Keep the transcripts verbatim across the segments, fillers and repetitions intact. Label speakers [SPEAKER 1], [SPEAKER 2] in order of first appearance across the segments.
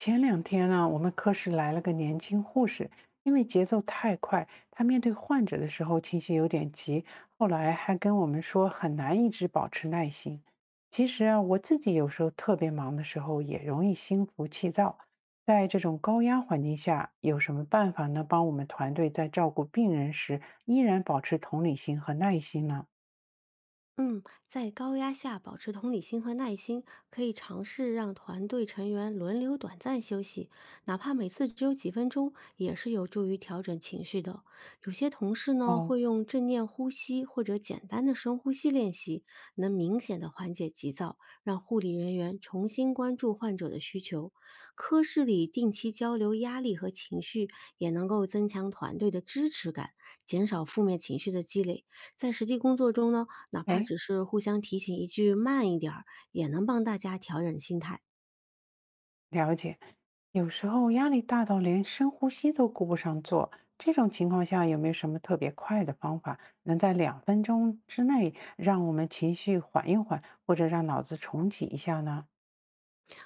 [SPEAKER 1] 前两天呢，我们科室来了个年轻护士，因为节奏太快，她面对患者的时候情绪有点急，后来还跟我们说很难一直保持耐心。其实啊，我自己有时候特别忙的时候也容易心浮气躁，在这种高压环境下，有什么办法能帮我们团队在照顾病人时依然保持同理心和耐心呢？
[SPEAKER 2] 嗯，在高压下保持同理心和耐心，可以尝试让团队成员轮流短暂休息，哪怕每次只有几分钟，也是有助于调整情绪的。有些同事呢
[SPEAKER 1] 哦，
[SPEAKER 2] 会用正念呼吸或者简单的深呼吸练习，能明显的缓解急躁，让护理人员重新关注患者的需求。科室里定期交流压力和情绪，也能够增强团队的支持感，减少负面情绪的积累。在实际工作中呢，哪怕
[SPEAKER 1] 哎，
[SPEAKER 2] 只是互相提醒一句慢一点儿，也能帮大家调整心态。
[SPEAKER 1] 了解，有时候压力大到连深呼吸都顾不上做，这种情况下有没有什么特别快的方法，能在两分钟之内让我们情绪缓一缓，或者让脑子重启一下呢？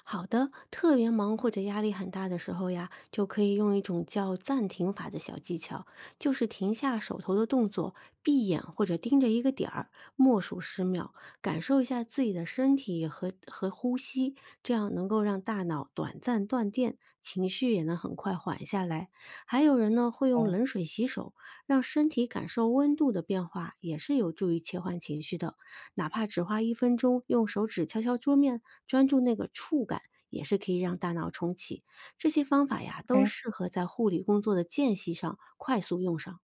[SPEAKER 2] 好的，特别忙或者压力很大的时候呀，就可以用一种叫暂停法的小技巧，就是停下手头的动作，闭眼或者盯着一个点儿，默数十秒，感受一下自己的身体和和呼吸，这样能够让大脑短暂断电，情绪也能很快缓下来。还有人呢会用
[SPEAKER 1] 哦
[SPEAKER 2] 冷水洗手，让身体感受温度的变化，也是有助于切换情绪的。哪怕只花一分钟，用手指敲敲桌面，专注那个触感，也是可以让大脑重启。这些方法呀，都
[SPEAKER 1] ，OK，
[SPEAKER 2] 适合在护理工作的间隙上快速用上。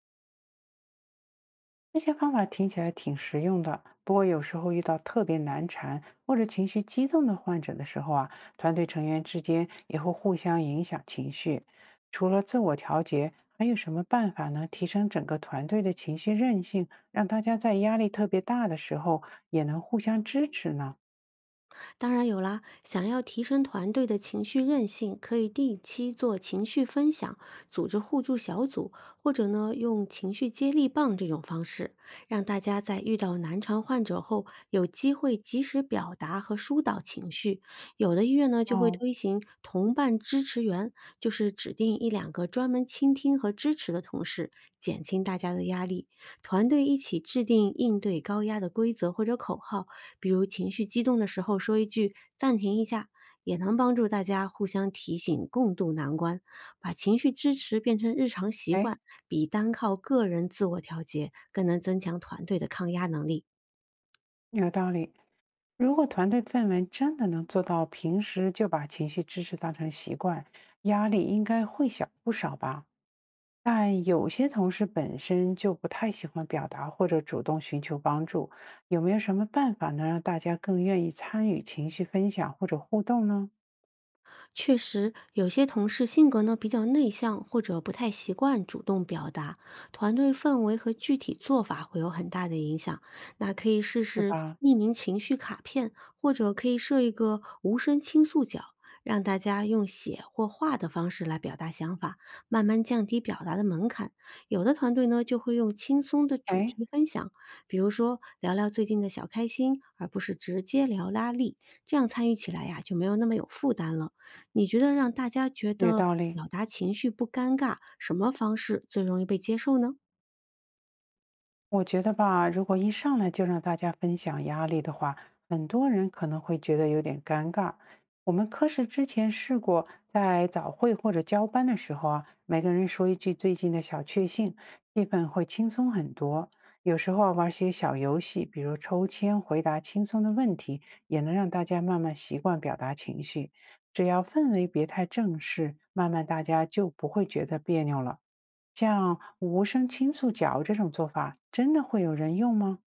[SPEAKER 1] 这些方法听起来挺实用的，不过有时候遇到特别难缠或者情绪激动的患者的时候啊，团队成员之间也会互相影响情绪。除了自我调节，还有什么办法能提升整个团队的情绪韧性，让大家在压力特别大的时候也能互相支持呢？
[SPEAKER 2] 当然有啦，想要提升团队的情绪韧性，可以定期做情绪分享，组织互助小组，或者呢用情绪接力棒这种方式，让大家在遇到难缠患者后有机会及时表达和疏导情绪。有的医院呢就会
[SPEAKER 1] 哦，
[SPEAKER 2] 推行同伴支持员，就是指定一两个专门倾听和支持的同事，减轻大家的压力。团队一起制定应对高压的规则或者口号。比如情绪激动的时候说一句“暂停一下”，也能帮助大家互相提醒，共度难关。把情绪支持变成日常习
[SPEAKER 1] 哎，
[SPEAKER 2] 惯，比单靠个人自我调节更能增强团队的抗压能力。
[SPEAKER 1] 有道理。如果团队氛围真的能做到平时就把情绪支持当成习惯，压力应该会小不少吧？但有些同事本身就不太喜欢表达或者主动寻求帮助，有没有什么办法能让大家更愿意参与情绪分享或者互动呢？
[SPEAKER 2] 确实，有些同事性格呢比较内向，或者不太习惯主动表达，团队氛围和具体做法会有很大的影响。那可以试
[SPEAKER 1] 对
[SPEAKER 2] 试
[SPEAKER 1] 吧？
[SPEAKER 2] 匿名情绪卡片，或者可以设一个无声倾诉角，让大家用写或画的方式来表达想法，慢慢降低表达的门槛。有的团队呢就会用轻松的主
[SPEAKER 1] 哎，
[SPEAKER 2] 题分享，比如说聊聊最近的小开心，而不是直接聊拉力，这样参与起来呀就没有那么有负担了。你觉得让大家觉
[SPEAKER 1] 有
[SPEAKER 2] 得
[SPEAKER 1] 道理。
[SPEAKER 2] 表达情绪不尴尬，什么方式最容易被接受呢？
[SPEAKER 1] 我觉得吧，如果一上来就让大家分享压力的话，很多人可能会觉得有点尴尬。我们科室之前试过，在早会或者交班的时候啊，每个人说一句最近的小确幸，气氛会轻松很多。有时候啊玩些小游戏，比如抽签回答轻松的问题，也能让大家慢慢习惯表达情绪。只要氛围别太正式，慢慢大家就不会觉得别扭了。像无声倾诉角这种做法，真的会有人用吗？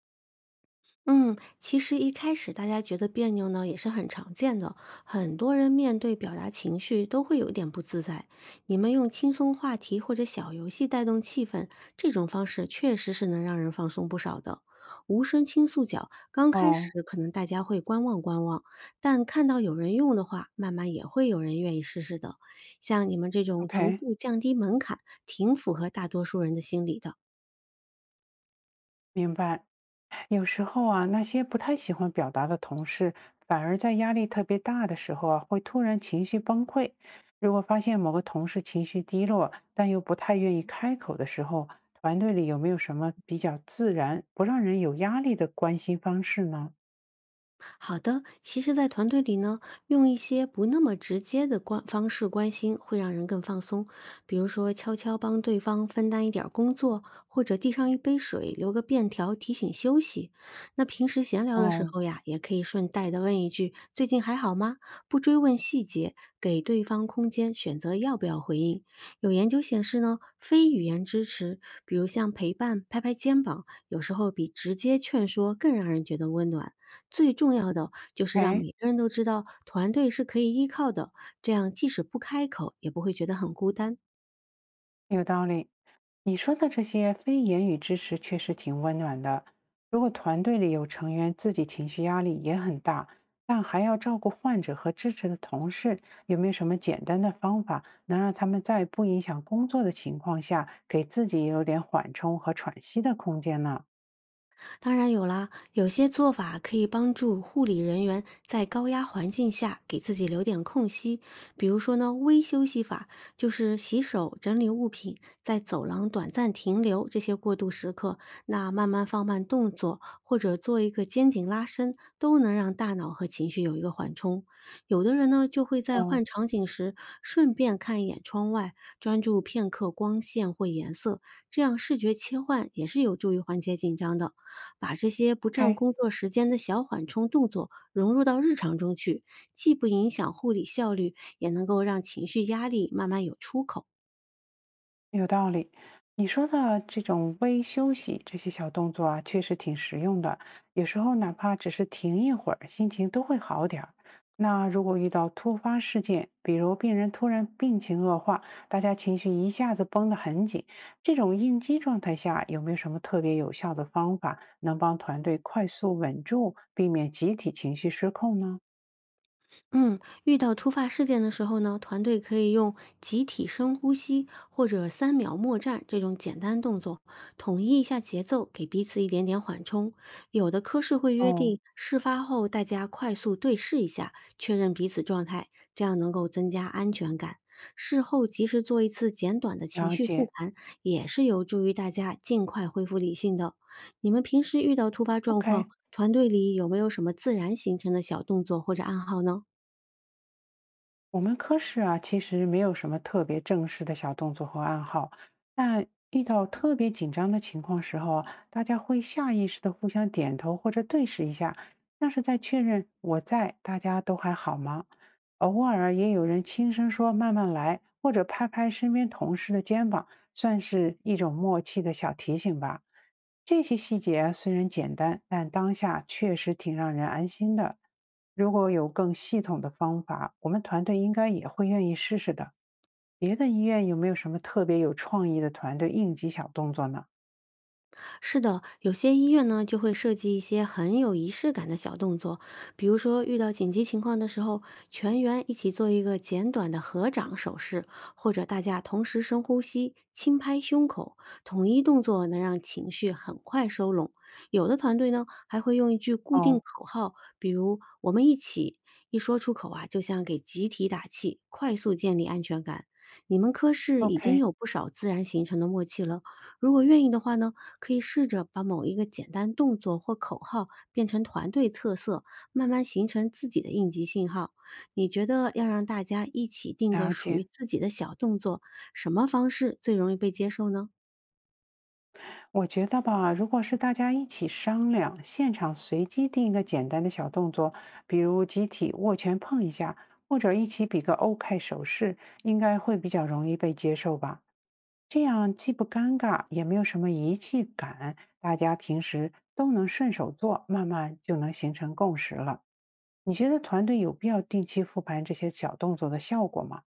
[SPEAKER 2] 嗯，其实一开始大家觉得别扭呢，也是很常见的。很多人面对表达情绪都会有点不自在。你们用轻松话题或者小游戏带动气氛，这种方式确实是能让人放松不少的。无声倾诉角刚开
[SPEAKER 1] 哦
[SPEAKER 2] 始可能大家会观望观望，但看到有人用的话，慢慢也会有人愿意试试的。像你们这种逐
[SPEAKER 1] ，OK，
[SPEAKER 2] 步降低门槛，挺符合大多数人的心理的。
[SPEAKER 1] 明白。有时候啊，那些不太喜欢表达的同事，反而在压力特别大的时候啊，会突然情绪崩溃。如果发现某个同事情绪低落，但又不太愿意开口的时候，团队里有没有什么比较自然、不让人有压力的关心方式呢？
[SPEAKER 2] 好的，其实，在团队里呢，用一些不那么直接的关方式关心，会让人更放松。比如说，悄悄帮对方分担一点儿工作，或者递上一杯水，留个便条提醒休息。那平时闲聊的时
[SPEAKER 1] 哦
[SPEAKER 2] 候呀，也可以顺带的问一句“最近还好吗”，不追问细节，给对方空间选择要不要回应。有研究显示呢，非语言支持，比如像陪伴、拍拍肩膀，有时候比直接劝说更让人觉得温暖。最重要的就是让
[SPEAKER 1] ，OK。
[SPEAKER 2] 每个人都知道团队是可以依靠的，这样即使不开口，也不会觉得很孤单。
[SPEAKER 1] 有道理，你说的这些非言语支持确实挺温暖的。如果团队里有成员自己情绪压力也很大，但还要照顾患者和支持的同事，有没有什么简单的方法能让他们在不影响工作的情况下，给自己有点缓冲和喘息的空间呢？
[SPEAKER 2] 当然有啦，有些做法可以帮助护理人员在高压环境下给自己留点空隙，比如说呢，微休息法就是洗手、整理物品，在走廊短暂停留这些过渡时刻，那慢慢放慢动作或者做一个肩颈拉伸，都能让大脑和情绪有一个缓冲。有的人呢，就会在
[SPEAKER 1] 哦
[SPEAKER 2] 换场景时顺便看一眼窗外，专注片刻光线或颜色，这样视觉切换也是有助于缓解紧张的。把这些不占
[SPEAKER 1] ，OK。
[SPEAKER 2] 工作时间的小缓冲动作融入到日常中去，既不影响护理效率，也能够让情绪压力慢慢有出口。
[SPEAKER 1] 有道理，你说的这种微休息这些小动作啊，确实挺实用的。有时候哪怕只是停一会儿，心情都会好点儿。那如果遇到突发事件，比如病人突然病情恶化，大家情绪一下子绷得很紧，这种应激状态下，有没有什么特别有效的方法能帮团队快速稳住，避免集体情绪失控呢？
[SPEAKER 2] 嗯，遇到突发事件的时候呢，团队可以用集体深呼吸或者三秒默战这种简单动作，统一一下节奏，给彼此一点点缓冲。有的科室会约
[SPEAKER 1] 哦，
[SPEAKER 2] 定事发后大家快速对视一下，确认彼此状态，这样能够增加安全感。事后及时做一次简短的情
[SPEAKER 1] 了
[SPEAKER 2] 绪复
[SPEAKER 1] 解。
[SPEAKER 2] 盘，也是有助于大家尽快恢复理性的。你们平时遇到突发状况，
[SPEAKER 1] OK。
[SPEAKER 2] 团队里有没有什么自然形成的小动作或者暗号呢？
[SPEAKER 1] 我们科室啊，其实没有什么特别正式的小动作和暗号。但遇到特别紧张的情况时候啊大家会下意识的互相点头或者对视一下，像是在确认我在，大家都还好吗？偶尔也有人轻声说“慢慢来”，或者拍拍身边同事的肩膀，算是一种默契的小提醒吧。这些细节啊虽然简单，但当下确实挺让人安心的。如果有更系统的方法，我们团队应该也会愿意试试的。别的医院有没有什么特别有创意的团队应急小动作呢？
[SPEAKER 2] 是的，有些医院呢就会设计一些很有仪式感的小动作，比如说遇到紧急情况的时候，全员一起做一个简短的合掌手势，或者大家同时深呼吸、轻拍胸口，统一动作能让情绪很快收拢。有的团队呢还会用一句固定
[SPEAKER 1] 哦
[SPEAKER 2] 口号，比如“我们一起”，一说出口啊，就像给集体打气，快速建立安全感。你们科室已经
[SPEAKER 1] ，OK，
[SPEAKER 2] 有不少自然形成的默契了，如果愿意的话呢？可以试着把某一个简单动作或口号变成团队特色，慢慢形成自己的应急信号。你觉得要让大家一起定个
[SPEAKER 1] 了
[SPEAKER 2] 属于
[SPEAKER 1] 解。
[SPEAKER 2] 自己的小动作，什么方式最容易被接受呢？
[SPEAKER 1] 我觉得吧，如果是大家一起商量，现场随机定一个简单的小动作，比如集体握拳碰一下，或者一起比个 OK 手势，应该会比较容易被接受吧。这样既不尴尬，也没有什么仪器感，大家平时都能顺手做，慢慢就能形成共识了。你觉得团队有必要定期复盘这些小动作的效果吗？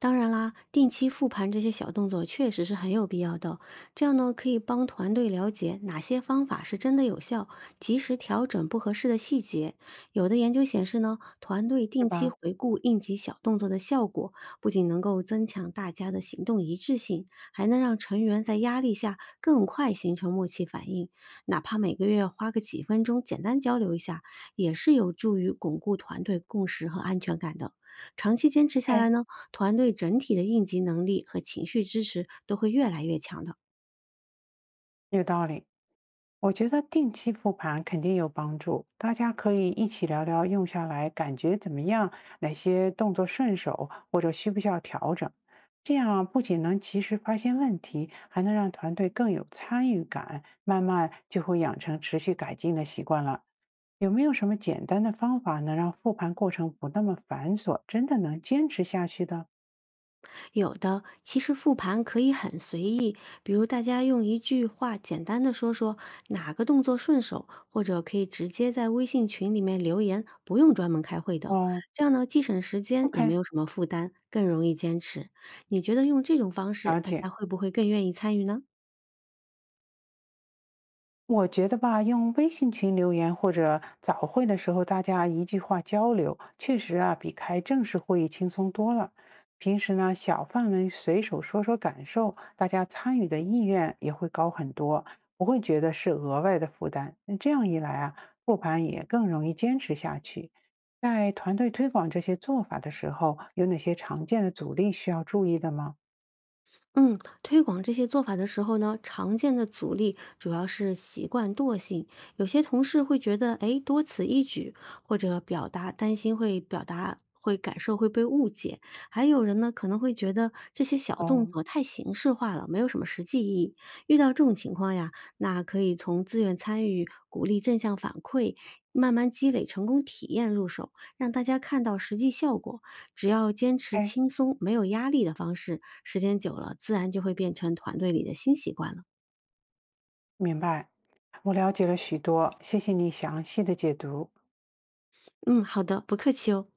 [SPEAKER 2] 当然啦，定期复盘这些小动作确实是很有必要的。这样呢，可以帮团队了解哪些方法是真的有效，及时调整不合适的细节。有的研究显示呢，团队
[SPEAKER 1] 是
[SPEAKER 2] 定期
[SPEAKER 1] 吧
[SPEAKER 2] 回顾应急小动作的效果，不仅能够增强大家的行动一致性，还能让成员在压力下更快形成默契反应。哪怕每个月花个几分钟简单交流一下，也是有助于巩固团队共识和安全感的。长期坚持下来
[SPEAKER 1] ？OK，
[SPEAKER 2] 呢，团队整体的应急能力和情绪支持都会越来越强的。
[SPEAKER 1] 有道理。我觉得定期复盘肯定有帮助，大家可以一起聊聊用下来感觉怎么样，哪些动作顺手，或者需不需要调整。这样不仅能及时发现问题，还能让团队更有参与感，慢慢就会养成持续改进的习惯了。有没有什么简单的方法能让复盘过程不那么繁琐，真的能坚持下去的？
[SPEAKER 2] 有的其实复盘可以很随意，比如大家用一句话简单的说说哪个动作顺手，或者可以直接在微信群里面留言，不用专门开会的。
[SPEAKER 1] 哦
[SPEAKER 2] 这样呢，既省时间，也没
[SPEAKER 1] ，OK，
[SPEAKER 2] 有什么负担，更容易坚持。你觉得用这种方式，
[SPEAKER 1] 了
[SPEAKER 2] 大家
[SPEAKER 1] 解。
[SPEAKER 2] 会不会更愿意参与呢？
[SPEAKER 1] 我觉得吧，用微信群留言或者早会的时候，大家一句话交流，确实啊，比开正式会议轻松多了。平时呢，小范围随手说说感受，大家参与的意愿也会高很多，不会觉得是额外的负担。那这样一来啊，复盘也更容易坚持下去。在团队推广这些做法的时候，有哪些常见的阻力需要注意的吗？
[SPEAKER 2] 嗯，推广这些做法的时候呢，常见的阻力主要是习惯惰性。有些同事会觉得，哎，多此一举，或者表达担心会表达会感受会被误解。还有人呢，可能会觉得这些小
[SPEAKER 1] 哦
[SPEAKER 2] 动作太形式化了，没有什么实际意义。遇到这种情况呀，那可以从自愿参与、鼓励正向反馈，慢慢积累成功体验入手，让大家看到实际效果。只要坚持
[SPEAKER 1] 哎。
[SPEAKER 2] 轻松、没有压力的方式，时间久了，自然就会变成团队里的新习惯了。
[SPEAKER 1] 明白，我了解了许多，谢谢你详细的解读。
[SPEAKER 2] 嗯，好的，不客气哦。